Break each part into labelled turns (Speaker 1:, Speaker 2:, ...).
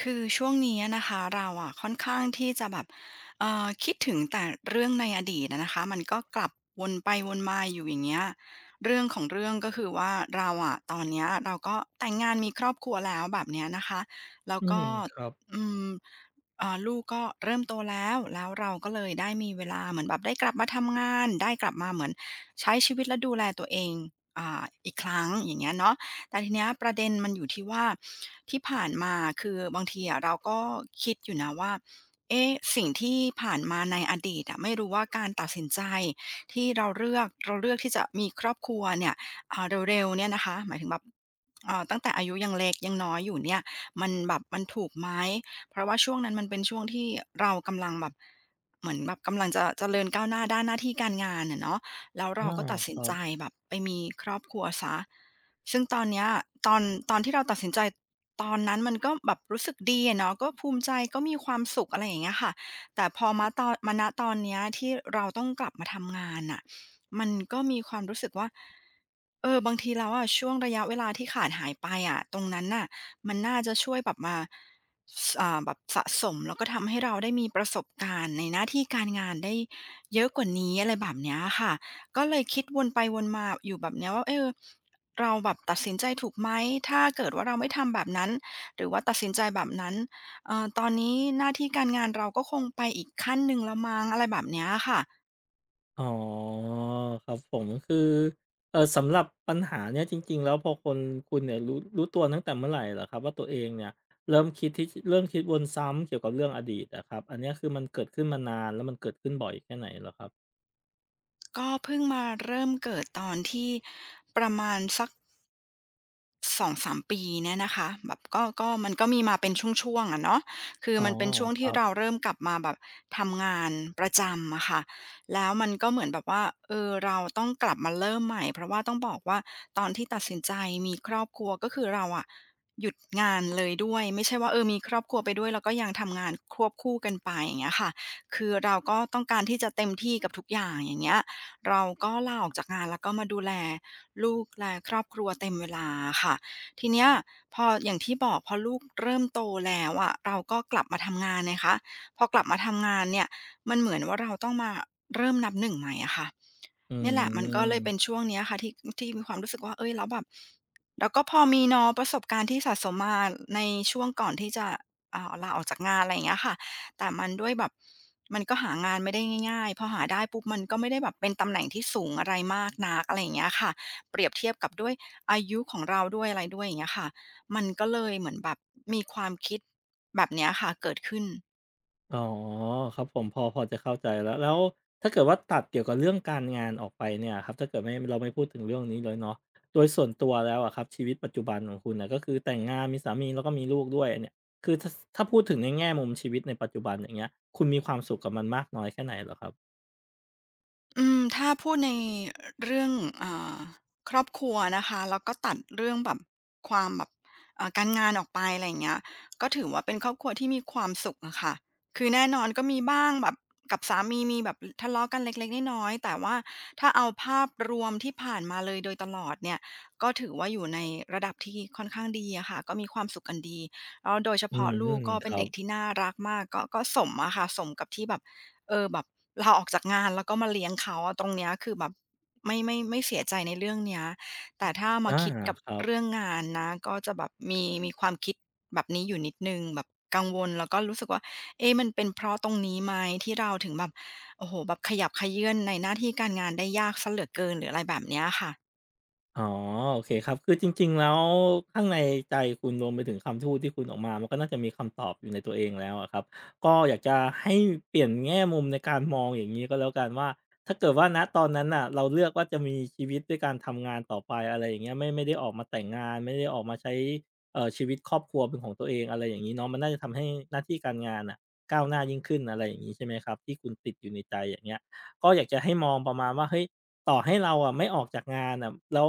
Speaker 1: คือช่วงนี้นะคะเราอะค่อนข้างที่จะแบบคิดถึงแต่เรื่องในอดีตอะนะคะมันก็กลับวนไปวนมาอยู่อย่างเงี้ยเรื่องของเรื่องก็คือว่าเราอะตอนเนี้ยเราก็แต่งงานมีครอบครัวแล้วแบบเนี้ยนะคะแล้ว
Speaker 2: อืม
Speaker 1: ก็
Speaker 2: ครับ
Speaker 1: อืมลูกก็เริ่มโตแล้วแล้วเราก็เลยได้มีเวลาเหมือนแบบได้กลับมาทำงานได้กลับมาเหมือนใช้ชีวิตและดูแลตัวเองอ่าอีกครั้งอย่างเงี้ยเนาะ แต่ทีเนี้ยประเด็นมันอยู่ที่ว่าที่ผ่านมาคือบางทีอะเราก็คิดอยู่นะว่าเอ๊ะสิ่งที่ผ่านมาในอดีตอะไม่รู้ว่าการตัดสินใจที่เราเลือกเราเลือกที่จะมีครอบครัวเนี่ยอ่าเร็วๆเนี่ยนะคะหมายถึงแบบตั้งแต่อายุยังเล็กยังน้อยอยู่เนี่ยมันแบบมันถูกไหมเพราะว่าช่วงนั้นมันเป็นช่วงที่เรากำลังแบบเหมือนแบบกำลังจะเจริญก้าวหน้าด้านหน้าที่การงานอะเนาะแล้วเรา
Speaker 2: อา
Speaker 1: ก็ตัด
Speaker 2: ค
Speaker 1: สิน
Speaker 2: รั
Speaker 1: ใจ
Speaker 2: บ
Speaker 1: แบบไปมีครอบครัวเสีย ซึ่งตอนเนี้ยตอนตอนที่เราตัดสินใจตอนนั้นมันก็แบบรู้สึกดีอะเนาะก็ภูมิใจก็มีความสุขอะไรอย่างเงี้ยค่ะแต่พอมาตอนมาณตอนเนี้ยที่เราต้องกลับมาทำงานน่ะมันก็มีความรู้สึกว่าเออบางทีแล้วอะช่วงระยะเวลาที่ขาดหายไปอะตรงนั้นน่ะมันน่าจะช่วยแบบมาสอ่าแบบสะสมแล้วก็ทำให้เราได้มีประสบการณ์ในหน้าที่การงานได้เยอะกว่านี้อะไรแบบเนี้ยค่ะก็เลยคิดวนไปวนมาอยู่แบบเนี้ยว่าเออ เราแบบตัดสินใจถูกไหม ถ้าเกิดว่าเราไม่ทำแบบนั้น หรือว่าตัดสินใจแบบนั้นตอนนี้หน้าที่การงานเราก็คงไปอีกขั้นหนึ่งแล้วมั้งอะไรแบบเนี้ยค่ะ
Speaker 2: อ๋อครับผมคือสำหรับปัญหาเนี้ยจริงๆแล้วพอคนคุณเนี่ยรู้ตัวตั้งแต่เมื่อไรเหรอครับว่าตัวเองเนี่ยเริ่มคิดวนซ้ำเกี่ยวกับเรื่องอดีตอะครับอันเนี้ยคือมันเกิดขึ้นมานานแล้วมันเกิดขึ้นบ่อยแค่ไหนเหรอครับ
Speaker 1: ก็เพิ่งมาเริ่มเกิดตอนที่ประมาณสัก 2-3ปีเนี่ยนะคะแบบก็มันก็มีมาเป็นช่วงๆอะเนาะคือ
Speaker 2: อ๋อ
Speaker 1: มันเป็นช่วง
Speaker 2: ค
Speaker 1: ที่
Speaker 2: รั
Speaker 1: เรา
Speaker 2: บ
Speaker 1: เริ่มกลับมาแบบทำงานประจำอะค่ะแล้วมันก็เหมือนแบบว่าเออเราต้องกลับมาเริ่มใหม่เพราะว่าต้องบอกว่าตอนที่ตัดสินใจมีครอบครัวก็คือเราอะหยุดงานเลยด้วยไม่ใช่ว่าเออมีครอบครัวไปด้วยแล้วก็ยังทำงานควบคู่กันไปอย่างเงี้ยค่ะคือเราก็ต้องการที่จะเต็มที่กับทุกอย่างอย่างเงี้ยเราก็ลาออกจากงานแล้วก็มาดูแล ลูกและครอบครัวเต็มเวลาค่ะทีเนี้ยพออย่างที่บอกพอลูกเริ่มโตแล้วอะเราก็กลับมาทำงานไงคะพอกลับมาทำงานเนี่ยมันเหมือนว่าเราต้องมาเริ่มนับหนึ่งใหม่อะค่ะ
Speaker 2: อื
Speaker 1: เนี่ยแหละมันก็เลยเป็น
Speaker 2: ม
Speaker 1: ช่วงเนี้ยค่ะที่มีความรู้สึกว่าเฮ้ยแล้วแบบแล้วก็พอมีเนาะประสบการณ์ที่สะสมมาในช่วงก่อนที่จะอ่าลาออกจากงานอะไรอย่างเงี้ยค่ะแต่มันด้วยแบบมันก็หางานไม่ได้ง่ายๆพอหาได้ปุ๊บมันก็ไม่ได้แบบเป็นตำแหน่งที่สูงอะไรมากนักอะไรอย่างเงี้ยค่ะ เปรียบเทียบกับด้วยอายุของเราด้วยอะไรด้วยอย่างเงี้ยค่ะมันก็เลยเหมือนแบบมีความคิดแบบเนี้ยค่ะเกิดขึ้น
Speaker 2: อ๋อครับผมพอจะเข้าใจแล้วแล้วถ้าเกิดว่าตัดเกี่ยวกับเรื่องการงานออกไปเนี่ยครับถ้าเกิดไม่เราไม่พูดถึงเรื่องนี้เลยเนาะโดยส่วนตัวแล้วอะครับชีวิตปัจจุบันของคุณน่ะก็คือแต่งงานมีสามีแล้วก็มีลูกด้วยเนี่ยคือถ้าพูดถึงในแง่มุมชีวิตในปัจจุบันอย่างเงี้ยคุณมีความสุขกับมันมากน้อยแค่ไหนเหรอครับ
Speaker 1: อืมถ้าพูดในเรื่องอ่าครอบครัวนะคะแล้วก็ตัดเรื่องแบบความแบบอ่าการงานออกไปอะไรอย่างเงี้ยก็ถือว่าเป็นครอบครัวที่มีความสุขอะค่ะคือแน่นอนก็มีบ้างแบบกับสามีมีแบบทะเลาะกันเล็กๆน้อยๆแต่ว่าถ้าเอาภาพรวมที่ผ่านมาเลยโดยตลอดเนี่ยก็ถือว่าอยู่ในระดับที่ค่อนข้างดีอะค่ะก็มีความสุขกันดีแล้วโดยเฉ
Speaker 2: อื
Speaker 1: พาะลูก
Speaker 2: ม
Speaker 1: ก็
Speaker 2: ค
Speaker 1: เป็น
Speaker 2: รั
Speaker 1: เด็
Speaker 2: บ
Speaker 1: กที่น่ารักมากก็สมอะค่ะสมกับที่แบบเออแบบ ลาออกจากงานแล้วก็มาเลี้ยงเขาอะตรงเนี้ยคือแบบไม่เสียใจในเรื่องเนี้ยแต่ถ้ามา
Speaker 2: อา
Speaker 1: คิดกับ
Speaker 2: ครับ
Speaker 1: เรื่องงานนะก็จะแบบมีความคิดแบบนี้อยู่นิดหนึ่งแบบกังวลแล้วก็รู้สึกว่าเอ๊ะมันเป็นเพราะตรงนี้ไหมที่เราถึงแบบโอ้โฮแบบขยับเขยื้อนในหน้าที่การงานได้ยากเสียเหลือเกินหรืออะไรแบบเนี้ยค่ะ
Speaker 2: อ๋อโอเคครับคือจริงๆแล้วข้างในใจคุณรวมไปถึงคำทูตที่คุณออกมามันก็น่าจะมีคำตอบอยู่ในตัวเองแล้วอะครับก็อยากจะให้เปลี่ยนแง่มุมในการมองอย่างนี้ก็แล้วกันว่าถ้าเกิดว่าณตอนนั้นน่ะเราเลือกว่าจะมีชีวิตด้วยการทำงานต่อไปอะไรอย่างเงี้ยไม่ได้ออกมาแต่งงานไม่ได้ออกมาใช้ชีวิตครอบครัวเป็นของตัวเองอะไรอย่างงี้เนาะมันน่าจะทำให้หน้าที่การงานน่ะก้าวหน้ายิ่งขึ้นอะไรอย่างงี้ใช่ไหมครับที่คุณติดอยู่ในใจอย่างเงี้ยก็อยากจะให้มองประมาณว่าเฮ้ย ต่อให้เราอ่ะไม่ออกจากงานอะแล้ว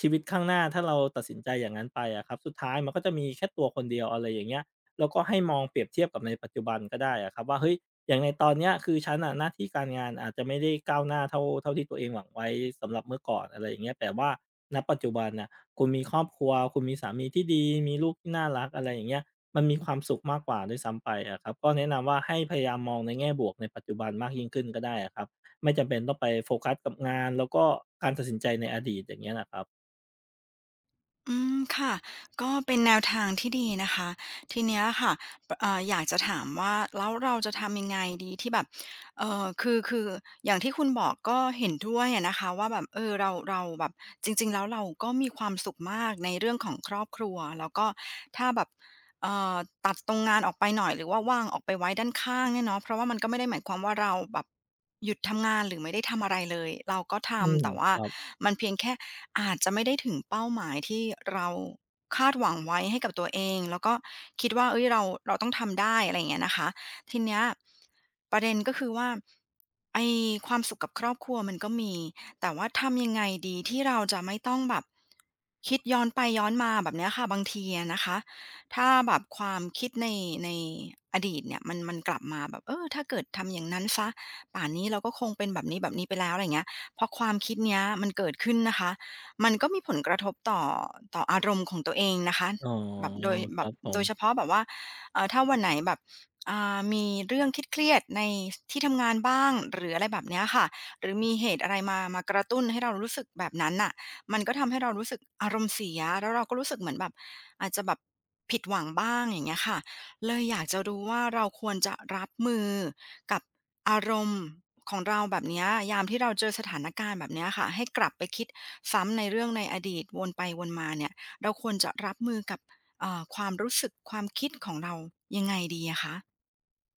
Speaker 2: ชีวิตข้างหน้าถ้าเราตัดสินใจอย่างนั้นไปอะครับสุดท้ายมันก็จะมีแค่ตัวคนเดียวอะไรอย่างเงี้ยแล้วก็ให้มองเปรียบเทียบกับในปัจจุบันก็ได้อะครับว่าเฮ้ยอย่างในตอนเนี้ยคือฉันอ่ะหน้าที่การงานอาจจะไม่ได้ก้าวหน้าเท่าที่ตัวเองหวังไว้สำหรับเมื่อก่อนอะไรอย่างเงี้ยแต่ว่าณปัจจุบันน่ะคุณมีครอบครัวคุณมีสามีที่ดีมีลูกที่น่ารักอะไรอย่างเงี้ยมันมีความสุขมากกว่าด้วยซ้ำไปอะครับก็แนะนำว่าให้พยายามมองในแง่บวกในปัจจุบันมากยิ่งขึ้นก็ได้อะครับ ไม่จำเป็นต้องไปโฟกัสกับงานแล้วก็การตัดสินใจในอดีตอย่างเงี้ยนะครับ
Speaker 1: อืมค่ะก็เป็นแนวทางที่ดีนะคะทีเนี้ยค่ะปอยากจะถามว่าแล้วเราจะทำยังไงดีที่แบบคืออย่างที่คุณบอกก็เห็นด้วยอะนะคะว่าแบบเราแบบจริงๆแล้วเราก็มีความสุขมากในเรื่องของครอบครัวแล้วก็ถ้าแบบเอ่อตัดตรงงานออกไปหน่อยหรือว่าว่างออกไปไว้ด้านข้างเนี่ยเนาะเพราะว่ามันก็ไม่ได้หมายความว่าเราแบบหยุดทำงานหรือไม่ได้ทำอะไรเลยเราก็
Speaker 2: อื
Speaker 1: ทำ
Speaker 2: ม
Speaker 1: แต่
Speaker 2: ค
Speaker 1: ว่า
Speaker 2: รับ
Speaker 1: มันเพียงแค่ อาจจะไม่ได้ถึงเป้าหมายที่เราคาดหวังไว้ให้กับตัวเองแล้วก็คิดว่าเฮ้ยเราต้องทำได้อะไรอย่างเงี้ยนะคะทีเนี้ยประเด็นก็คือว่าไอ้ความสุขกับครอบครัวมันก็มีแต่ว่าทำยังไงดีที่เราจะไม่ต้องแบบคิดย้อนไปย้อนมาแบบเนี้ยค่ะบางทีอะนะคะถ้าแบบความคิดในอดีตเนี่ยมันกลับมาแบบเออถ้าเกิดทำอย่างนั้นเสียป่านนี้เราก็คงเป็นแบบนี้ๆไปแล้วอะไรอย่างเงี้ยพอความคิดเนี้ยมันเกิดขึ้นนะคะ มันก็มีผลกระทบต่ออารมณ์ของตัวเองนะคะ
Speaker 2: อ๋อ
Speaker 1: แบบโดย
Speaker 2: ค
Speaker 1: แบ
Speaker 2: รั
Speaker 1: บ
Speaker 2: บผ
Speaker 1: โดยเฉ
Speaker 2: ม
Speaker 1: พาะแบบว่าถ้าวันไหนแบบมีเรื่องเครียดๆในที่ทำงานบ้างหรืออะไรแบบเนี้ยค่ะหรือมีเหตุอะไรมามากระตุ้นให้เรารู้สึกแบบนั้นน่ะมันก็ทำให้เรารู้สึกอารมณ์เสียแล้วเราก็รู้สึกเหมือนแบบอาจจะแบบผิดหวังบ้างอย่างเงี้ยค่ะเลยอยากจะรู้ว่าเราควรจะรับมือกับอารมณ์ของเราแบบเนี้ยยามที่เราเจอสถานการณ์แบบเนี้ยค่ะให้กลับไปคิด ซ้ำในเรื่องในอดีตวนไปวนมาเนี่ยเราควรจะรับมือกับความรู้สึกความคิดของเรายังไงดีอะคะ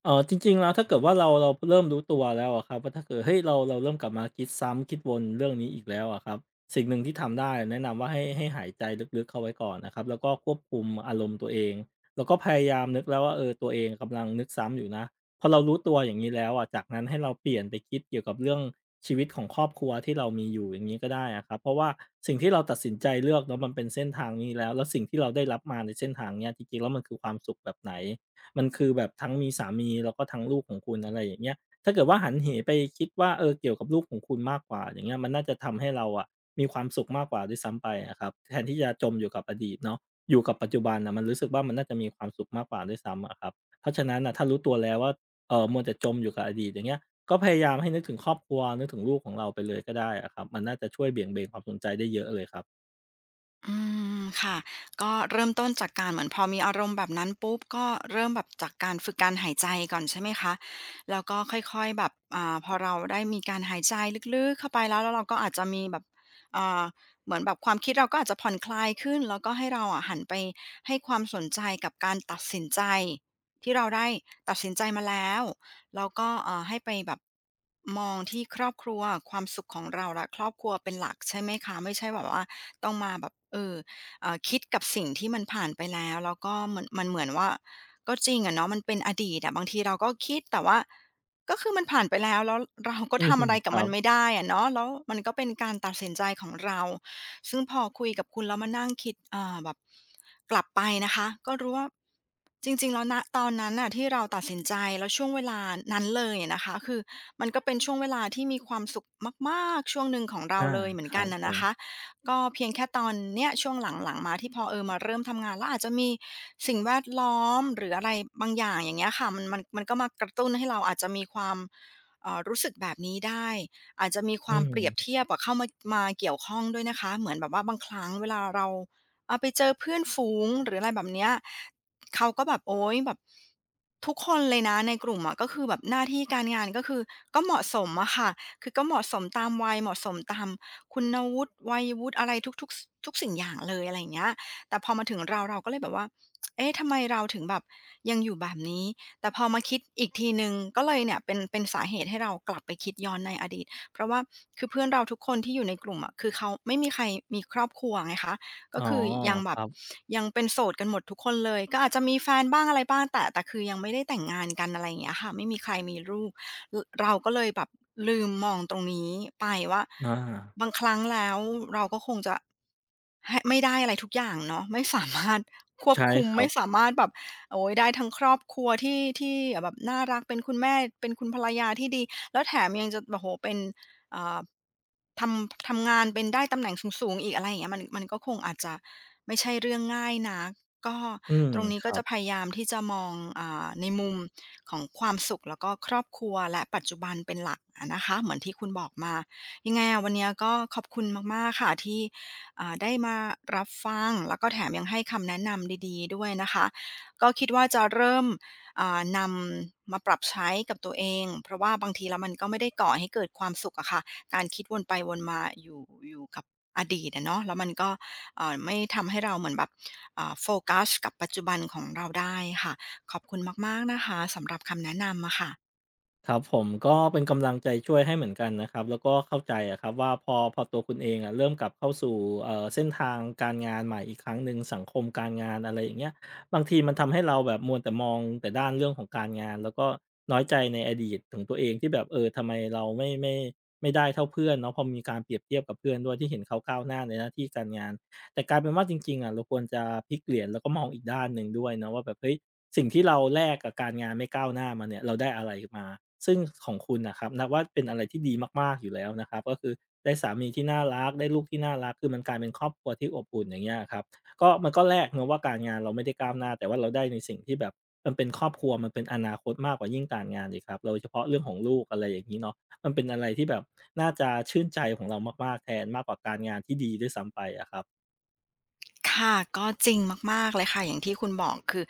Speaker 2: เออจริงๆแล้วถ้าเกิดว่าเราเริ่มรู้ตัวแล้วอะครับว่าถ้าเกิดเฮ้ยเราเริ่มกลับมาคิดซ้ำคิดวนเรื่องนี้อีกแล้วอะครับสิ่งหนึ่งที่ทำได้แนะนำว่าให้หายใจลึกๆเข้าไว้ก่อนนะครับแล้วก็ควบคุมอารมณ์ตัวเองแล้วก็พยายามนึกแล้วว่าเออตัวเองกำลังนึกซ้ำอยู่นะพอเรารู้ตัวอย่างนี้แล้วอะจากนั้นให้เราเปลี่ยนไปคิดเกี่ยวกับเรื่องชีวิตของครอบครัวที่เรามีอยู่อย่างนี้ก็ได้อะครับเพราะว่าสิ่งที่เราตัดสินใจเลือกเนาะมันเป็นเส้นทางนี้แล้วแล้วสิ่งที่เราได้รับมาในเส้นทางเนี้ยจริงๆแล้วมันคือความสุขแบบไหน มันคือแบบทั้งมีสามีแล้วก็ทั้งลูกของคุณอะไรอย่างเงี้ยถ้าเกิดว่าหันเหไปคิดว่าเออเกี่ยวกับลูกของคุณมากกว่าอย่างเงี้ยมันน่าจะทำให้เราอะมีความสุขมากกว่าด้วยซ้ำไปอะครับแทนที่จะจมอยู่กับอดีตเนาะอยู่กับปัจจุบันน่ะมันรู้สึกว่ามันน่าจะมีความสุขมากกว่าด้วยซ้ำอะครับเพราะฉะนั้นน่ะถ้ารู้ตัวแล้วว่ามัวแต่จมอยู่กับอดีตอย่างเงี้ยก็พยายามให้นึกถึงครอบครัวนึกถึงลูกของเราไปเลยก็ได้อะครับมันน่าจะช่วยเบี่ยงเบนความสนใจได้เยอะเลยครับ
Speaker 1: อืมค่ะก็เริ่มต้นจากการเหมือนพอมีอารมณ์แบบนั้นปุ๊บก็เริ่มแบบจากการฝึกการหายใจก่อนใช่ไหมคะแล้วก็ค่อยๆแบบพอเราได้มีการหายใจลึกๆเข้าไปแล้วแล้วเราก็อาจจะมีแบบอ่าเหมือนแบบความคิดเราก็อาจจะผ่อนคลายขึ้นแล้วก็ให้เราอะหันไปให้ความสนใจกับการตัดสินใจที่เราได้ตัดสินใจมาแล้วแล้วก็เอ่าให้ไปแบบมองที่ครอบครัวความสุขของเราและครอบครัวเป็นหลักใช่ไหมคะไม่ใช่แบบว่า ต้องมาแบบคิดกับสิ่งที่มันผ่านไปแล้วแล้วก็มันเหมือนว่าก็จริงอะเนาะมันเป็นอดีตอะบางทีเราก็คิดแต่ว่าก็คือมันผ่านไปแล้วแล้วเราก็
Speaker 2: อื
Speaker 1: ทำอะ
Speaker 2: ม
Speaker 1: ไร
Speaker 2: ค
Speaker 1: กับ
Speaker 2: รั
Speaker 1: มัน
Speaker 2: บ
Speaker 1: ไม่ได้อะเนาะแล้วมันก็เป็นการตัดสินใจของเราซึ่งพอคุยกับคุณแล้วมานั่งคิดแบบกลับไปนะคะก็รู้ว่าจริงๆแล้วณตอนนั้นน่ะที่เราตัดสินใจแล้วช่วงเวลานั้นเลยอะนะคะคือมันก็เป็นช่วงเวลาที่มีความสุขมากๆช่วงหนึ่งของเรา
Speaker 2: อา
Speaker 1: เลยเหมือ
Speaker 2: ค
Speaker 1: น
Speaker 2: รั
Speaker 1: กัน
Speaker 2: บผ
Speaker 1: นะนะ
Speaker 2: ม
Speaker 1: คะ ก็เพียงแค่ตอนเนี้ยช่วงหลังๆมาที่พอมาเริ่มทำงานแล้วอาจจะมีสิ่งแวดล้อมหรืออะไรบางอย่างอย่างเงี้ยค่ะมันก็มากระตุ้นให้เราอาจจะมีความรู้สึกแบบนี้ได้อาจจะมีค
Speaker 2: อื
Speaker 1: วาม
Speaker 2: ม
Speaker 1: เปรียบเทียบอะเข้ามามาเกี่ยวข้องด้วยนะคะเหมือนแบบว่าบางครั้งเวลาเราไปเจอเพื่อนฝูงหรืออะไรแบบเนี้ยเขาก็แบบโอ๊ยแบบทุกคนเลยนะในกลุ่มอะก็คือแบบหน้าที่การงานก็คือก็เหมาะสมอะค่ะคือก็เหมาะสมตามวัยเหมาะสมตาม คุณวุฒิวัยวุฒิอะไรทุกๆสทุกสิ่งอย่างเลยอะไรอย่างเงี้ยแต่พอมาถึงเราก็เลยแบบว่าเอ๊ะทำไมเราถึงแบบยังอยู่แบบนี้แต่พอมาคิดอีกทีหนึ่งก็เลยเนี่ยเป็นสาเหตุให้เรากลับไปคิดย้อนในอดีตเพราะว่าคือเพื่อนเราทุกคนที่อยู่ในกลุ่มอะคือเขาไม่มีใครมีครอบครัวไงคะก็
Speaker 2: อ๋อ
Speaker 1: คือยังแบ
Speaker 2: ค
Speaker 1: บ
Speaker 2: รับ
Speaker 1: ยังเป็นโสดกันหมดทุกคนเลยก็อาจจะมีแฟนบ้างอะไรบ้างแต่คือยังไม่ได้แต่งงานกันอะไรอย่างเงี้ยค่ะไม่มีใครมีลูก เราก็เลยแบบลืมมองตรงนี้ไปว่า
Speaker 2: อา
Speaker 1: บางครั้งแล้วเราก็คงจะให้ไม่ได้อะไรทุกอย่างเนาะไม่สามารถควบ
Speaker 2: ใช่
Speaker 1: คุม
Speaker 2: ครั
Speaker 1: ไม่
Speaker 2: บ
Speaker 1: สามารถแบบโอ๊ยได้ทั้งครอบครัวที่แบบน่ารักเป็นคุณแม่เป็นคุณภรรยาที่ดีแล้วแถมยังจะโอ้โฮเป็นอ่าทำงานเป็นได้ตำแหน่งสูงๆอีกอะไรอย่างเงี้ยมันก็คงอาจจะไม่ใช่เรื่องง่ายนัก ก็
Speaker 2: อืม
Speaker 1: ตรงนี้
Speaker 2: ค
Speaker 1: ก็
Speaker 2: รับ
Speaker 1: จะพยายามที่จะมองในมุมของความสุขแล้วก็ครอบครัวและปัจจุบันเป็นหลักอะนะคะเหมือนที่คุณบอกมายังไงอะวันนี้ก็ขอบคุณมากๆค่ะที่ได้มารับฟังแล้วก็แถมยังให้คำแนะนำดีๆด้วยนะคะก็คิดว่าจะเริ่มนำมาปรับใช้กับตัวเองเพราะว่าบางทีแล้วมันก็ไม่ได้ก่อให้เกิดความสุขอะค่ะการคิดวนไปวนมาอยู่กับอดีตอะเนาะแล้วมันก็ ไม่ทำให้เราเหมือนแบบเอ่าโฟกัสกับปัจจุบันของเราได้ค่ะขอบคุณมากๆนะคะสำหรับคำแนะนำอะค่ะ
Speaker 2: ครับ ผมก็เป็นกำลังใจช่วยให้เหมือนกันนะครับ แล้วก็เข้าใจอะครับว่าพอตัวคุณเองอะเริ่มกลับเข้าสู่เส้นทางการงานใหม่อีกครั้งหนึ่งสังคมการงานอะไรอย่างเงี้ยบางทีมันทำให้เราแบบมัวแต่มองแต่ด้านเรื่องของการงานแล้วก็น้อยใจในอดีตของตัวเองที่แบบเออทำไมเราไม่ได้เท่าเพื่อนเนาะพอมีการเปรียบเทียบกับเพื่อนด้วยที่เห็นเขาก้าวหน้าในหน้าที่การงาน แต่กลายเป็นว่าจริงๆอะเราควรจะพลิกเหรียญแล้วก็มองอีกด้านหนึ่งด้วยเนาะว่าแบบเฮ้ยสิ่งที่เราแลกกับการงานไม่ก้าวหน้ามาเนี่ยเราได้อะไรมาซึ่งของคุณน่ะครับนับว่าเป็นอะไรที่ดีมากๆอยู่แล้วนะครับก็คือได้สามีที่น่ารักได้ลูกที่น่ารักคือมันกลายเป็นครอบครัวที่อบอุ่นอย่างเงี้ยครับก็มันก็แลกเนาะว่าการงานเราไม่ได้ก้าวหน้าแต่ว่าเราได้ในสิ่งที่แบบมันเป็นครอบครัวมันเป็นอนาคตมากกว่ายิ่งการงานอีกครับโดยเฉพาะเรื่องของลูกอะไรอย่างงี้เนาะมันเป็นอะไรที่แบบน่าจะชื่นใจของเรามากๆแทนมากกว่าการงานที่ดีด้วยซ้ำไปอะครับ
Speaker 1: ค่ะก็จริงมากๆเลยค่ะอย่างที่คุณบอกคือ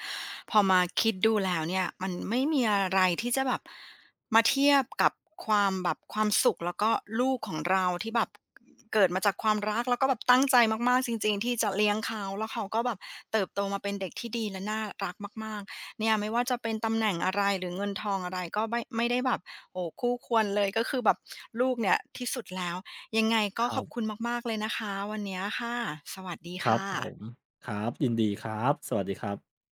Speaker 1: พอมาคิดดูแล้วเนี่ยมันไม่มีอะไรที่จะแบบมาเทียบกับความแบบความสุขแล้วก็ลูกของเราที่แบบเกิดมาจากความรักแล้วก็แบบตั้งใจมากๆจริงๆที่จะเลี้ยงเขาแล้วเขาก็แบบเติบโตมาเป็นเด็กที่ดีและน่ารักมากๆเนี่ยไม่ว่าจะเป็นตำแหน่งอะไรหรือเงินทองอะไรก็ไม่ได้แบบโอ้โฮคู่ควรเลยก็คือแบบลูกเนี่ยที่สุดแล้ว ยังไง
Speaker 2: ค
Speaker 1: ก็ข
Speaker 2: รั
Speaker 1: อบคุณ
Speaker 2: บ
Speaker 1: มากๆเลยนะคะวันเนี้ยค่ะสวัสดี
Speaker 2: ครับ
Speaker 1: ค่
Speaker 2: ผม
Speaker 1: ะ
Speaker 2: ครับ ยินดีครับ สวัสดีครับ